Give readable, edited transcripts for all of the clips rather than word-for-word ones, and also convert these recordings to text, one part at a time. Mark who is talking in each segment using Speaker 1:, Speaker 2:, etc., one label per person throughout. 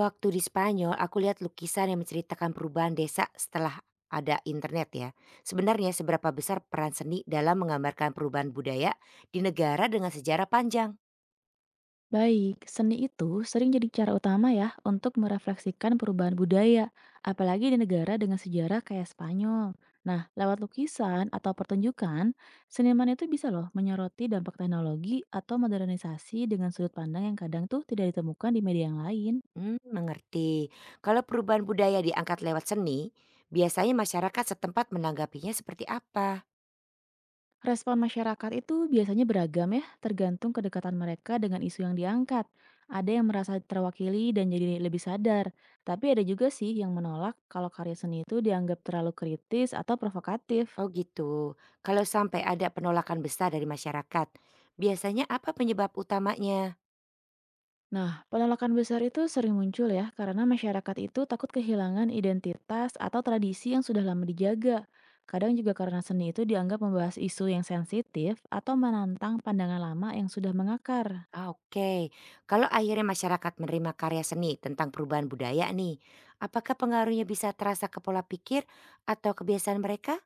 Speaker 1: Waktu di Spanyol, aku lihat lukisan yang menceritakan perubahan desa setelah ada internet ya. Sebenarnya seberapa besar peran seni dalam menggambarkan perubahan budaya di negara dengan sejarah panjang?
Speaker 2: Baik, seni itu sering jadi cara utama ya untuk merefleksikan perubahan budaya, apalagi di negara dengan sejarah kayak Spanyol. Nah, lewat lukisan atau pertunjukan, seniman itu bisa loh menyoroti dampak teknologi atau modernisasi dengan sudut pandang yang kadang tuh tidak ditemukan di media yang lain.
Speaker 1: Hmm, mengerti. Kalau perubahan budaya diangkat lewat seni, biasanya masyarakat setempat menanggapinya seperti apa?
Speaker 2: Respon masyarakat itu biasanya beragam ya, tergantung kedekatan mereka dengan isu yang diangkat. Ada yang merasa terwakili dan jadi lebih sadar, tapi ada juga sih yang menolak kalau karya seni itu dianggap terlalu kritis atau provokatif.
Speaker 1: Oh gitu. Kalau sampai ada penolakan besar dari masyarakat, biasanya apa penyebab utamanya?
Speaker 2: Nah, penolakan besar itu sering muncul ya, karena masyarakat itu takut kehilangan identitas atau tradisi yang sudah lama dijaga. Kadang juga karena seni itu dianggap membahas isu yang sensitif atau menantang pandangan lama yang sudah mengakar.
Speaker 1: Ah, oke, kalau akhirnya masyarakat menerima karya seni tentang perubahan budaya nih, apakah pengaruhnya bisa terasa ke pola pikir atau kebiasaan mereka?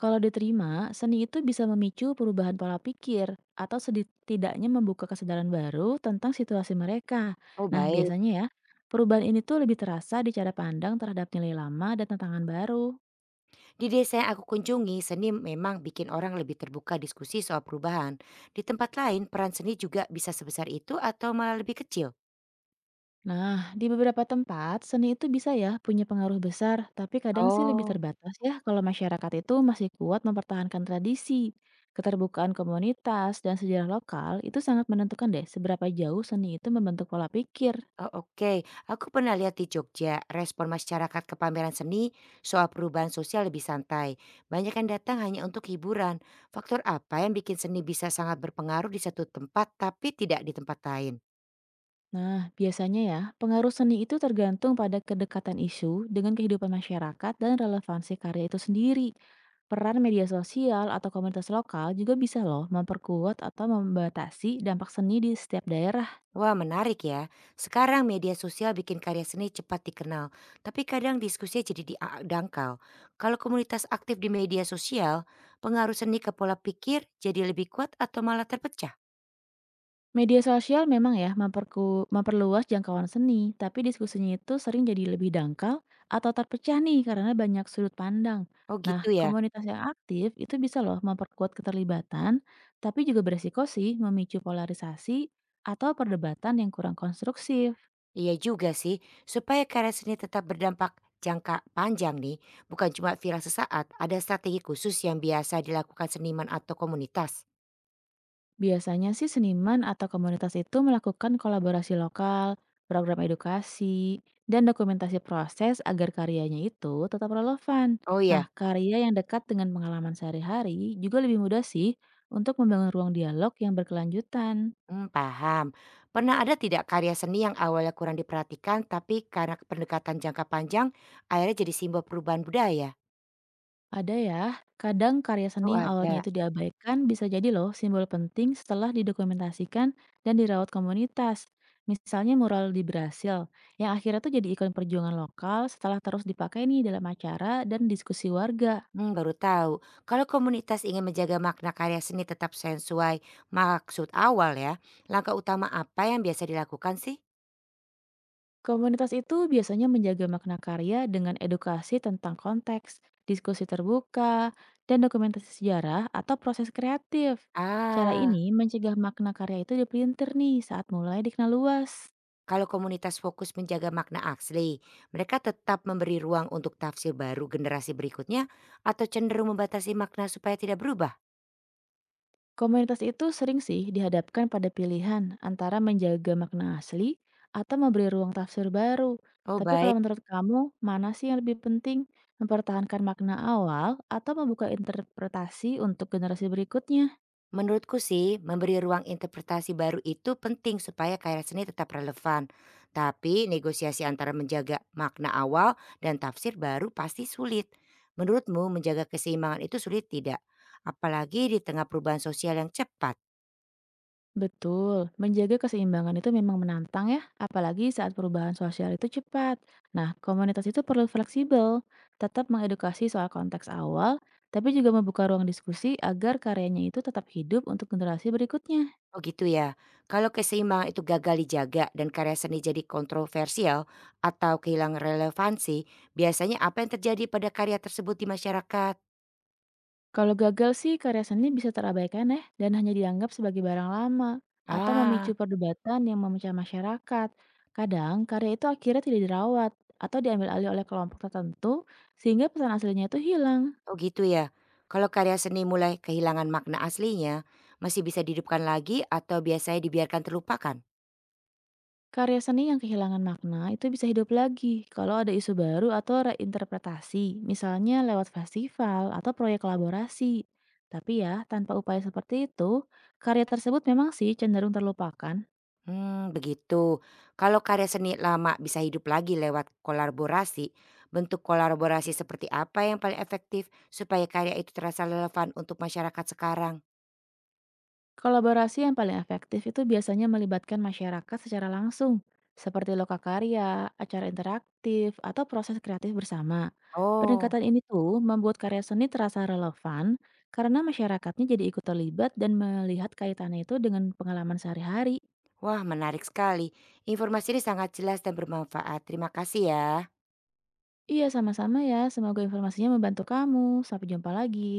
Speaker 2: Kalau diterima, seni itu bisa memicu perubahan pola pikir atau setidaknya membuka kesadaran baru tentang situasi mereka.
Speaker 1: Oh
Speaker 2: Nah,
Speaker 1: baik,
Speaker 2: biasanya ya, perubahan ini tuh lebih terasa di cara pandang terhadap nilai lama dan tantangan baru.
Speaker 1: di desa yang aku kunjungi, seni memang bikin orang lebih terbuka diskusi soal perubahan. Di tempat lain, peran seni juga bisa sebesar itu atau malah lebih kecil?
Speaker 2: Nah, di beberapa tempat, seni itu bisa ya punya pengaruh besar, tapi kadang sih lebih
Speaker 1: Oh.
Speaker 2: terbatas ya kalau masyarakat itu masih kuat mempertahankan tradisi. Keterbukaan komunitas dan sejarah lokal itu sangat menentukan deh seberapa jauh seni itu membentuk pola pikir.
Speaker 1: Oh, oke, aku pernah lihat di Jogja, respon masyarakat ke pameran seni soal perubahan sosial lebih santai. Banyak yang datang hanya untuk hiburan. Faktor apa yang bikin seni bisa sangat berpengaruh di satu tempat tapi tidak di tempat lain?
Speaker 2: Nah, biasanya ya, pengaruh seni itu tergantung pada kedekatan isu dengan kehidupan masyarakat dan relevansi karya itu sendiri. Peran media sosial atau komunitas lokal juga bisa loh memperkuat atau membatasi dampak seni di setiap daerah.
Speaker 1: Wah, menarik ya. Sekarang media sosial bikin karya seni cepat dikenal, tapi kadang diskusinya jadi dangkal. Kalau komunitas aktif di media sosial, pengaruh seni ke pola pikir jadi lebih kuat atau malah terpecah?
Speaker 2: Media sosial memang ya memperluas jangkauan seni, tapi diskusinya itu sering jadi lebih dangkal atau terpecah nih karena banyak sudut pandang.
Speaker 1: Oh, gitu
Speaker 2: Nah,
Speaker 1: ya.
Speaker 2: komunitas yang aktif itu bisa loh memperkuat keterlibatan, tapi juga beresiko sih memicu polarisasi atau perdebatan yang kurang konstruksif.
Speaker 1: Iya juga sih, supaya karya seni tetap berdampak jangka panjang nih, bukan cuma viral sesaat, ada strategi khusus yang biasa dilakukan seniman atau komunitas.
Speaker 2: Biasanya sih seniman atau komunitas itu melakukan kolaborasi lokal, program edukasi, dan dokumentasi proses agar karyanya itu tetap relevan.
Speaker 1: Oh
Speaker 2: Nah,
Speaker 1: iya,
Speaker 2: karya yang dekat dengan pengalaman sehari-hari juga lebih mudah sih untuk membangun ruang dialog yang berkelanjutan.
Speaker 1: hmm, paham. Pernah ada tidak karya seni yang awalnya kurang diperhatikan, tapi karena pendekatan jangka panjang, akhirnya jadi simbol perubahan budaya?
Speaker 2: Ada ya, kadang karya
Speaker 1: Oh
Speaker 2: seni yang awalnya
Speaker 1: ada.
Speaker 2: itu diabaikan bisa jadi loh simbol penting setelah didokumentasikan dan dirawat komunitas. Misalnya mural di Brasil, yang akhirnya tuh jadi ikon perjuangan lokal setelah terus dipakai nih dalam acara dan diskusi warga.
Speaker 1: Hmm, baru tahu. Kalau komunitas ingin menjaga makna karya seni tetap sesuai maksud awal ya, langkah utama apa yang biasa dilakukan sih?
Speaker 2: Komunitas itu biasanya menjaga makna karya dengan edukasi tentang konteks, diskusi terbuka, dan dokumentasi sejarah atau proses kreatif. Cara
Speaker 1: Ah,
Speaker 2: ini mencegah makna karya itu dipelintir nih saat mulai dikenal luas.
Speaker 1: kalau komunitas fokus menjaga makna asli, mereka tetap memberi ruang untuk tafsir baru generasi berikutnya atau cenderung membatasi makna supaya tidak berubah?
Speaker 2: Komunitas itu sering sih dihadapkan pada pilihan antara menjaga makna asli atau memberi ruang tafsir baru.
Speaker 1: Oh
Speaker 2: Tapi kalau
Speaker 1: baik,
Speaker 2: menurut kamu, mana sih yang lebih penting? Mempertahankan makna awal atau membuka interpretasi untuk generasi berikutnya?
Speaker 1: menurutku sih memberi ruang interpretasi baru itu penting supaya karya seni tetap relevan. Tapi negosiasi antara menjaga makna awal dan tafsir baru pasti sulit. Menurutmu menjaga keseimbangan itu sulit tidak? Apalagi di tengah perubahan sosial yang cepat.
Speaker 2: Betul, menjaga keseimbangan itu memang menantang ya, apalagi saat perubahan sosial itu cepat. Nah, komunitas itu perlu fleksibel, tetap mengedukasi soal konteks awal, tapi juga membuka ruang diskusi agar karyanya itu tetap hidup untuk generasi berikutnya.
Speaker 1: Oh gitu ya. Kalau keseimbangan itu gagal dijaga dan karya seni jadi kontroversial atau kehilangan relevansi, biasanya apa yang terjadi pada karya tersebut di masyarakat?
Speaker 2: Kalau gagal sih, karya seni bisa terabaikan ya, dan hanya dianggap sebagai barang lama, atau memicu
Speaker 1: Ah,
Speaker 2: perdebatan yang memecah masyarakat. Kadang, karya itu akhirnya tidak dirawat, atau diambil alih oleh kelompok tertentu, sehingga pesan aslinya itu hilang.
Speaker 1: oh gitu ya. Kalau karya seni mulai kehilangan makna aslinya, masih bisa dihidupkan lagi atau biasanya dibiarkan terlupakan?
Speaker 2: Karya seni yang kehilangan makna itu bisa hidup lagi kalau ada isu baru atau reinterpretasi, misalnya lewat festival atau proyek kolaborasi. Tapi ya, tanpa upaya seperti itu, karya tersebut memang sih cenderung terlupakan.
Speaker 1: Hmm, begitu. Kalau karya seni lama bisa hidup lagi lewat kolaborasi, bentuk kolaborasi seperti apa yang paling efektif supaya karya itu terasa relevan untuk masyarakat sekarang?
Speaker 2: Kolaborasi yang paling efektif itu biasanya melibatkan masyarakat secara langsung, seperti lokakarya, acara interaktif, atau proses kreatif bersama.
Speaker 1: Oh,
Speaker 2: Pendekatan ini tuh membuat karya seni terasa relevan karena masyarakatnya jadi ikut terlibat dan melihat kaitannya itu dengan pengalaman sehari-hari.
Speaker 1: wah menarik sekali. Informasi ini sangat jelas dan bermanfaat. Terima kasih ya.
Speaker 2: Iya, sama-sama ya. Semoga informasinya membantu kamu. Sampai jumpa lagi.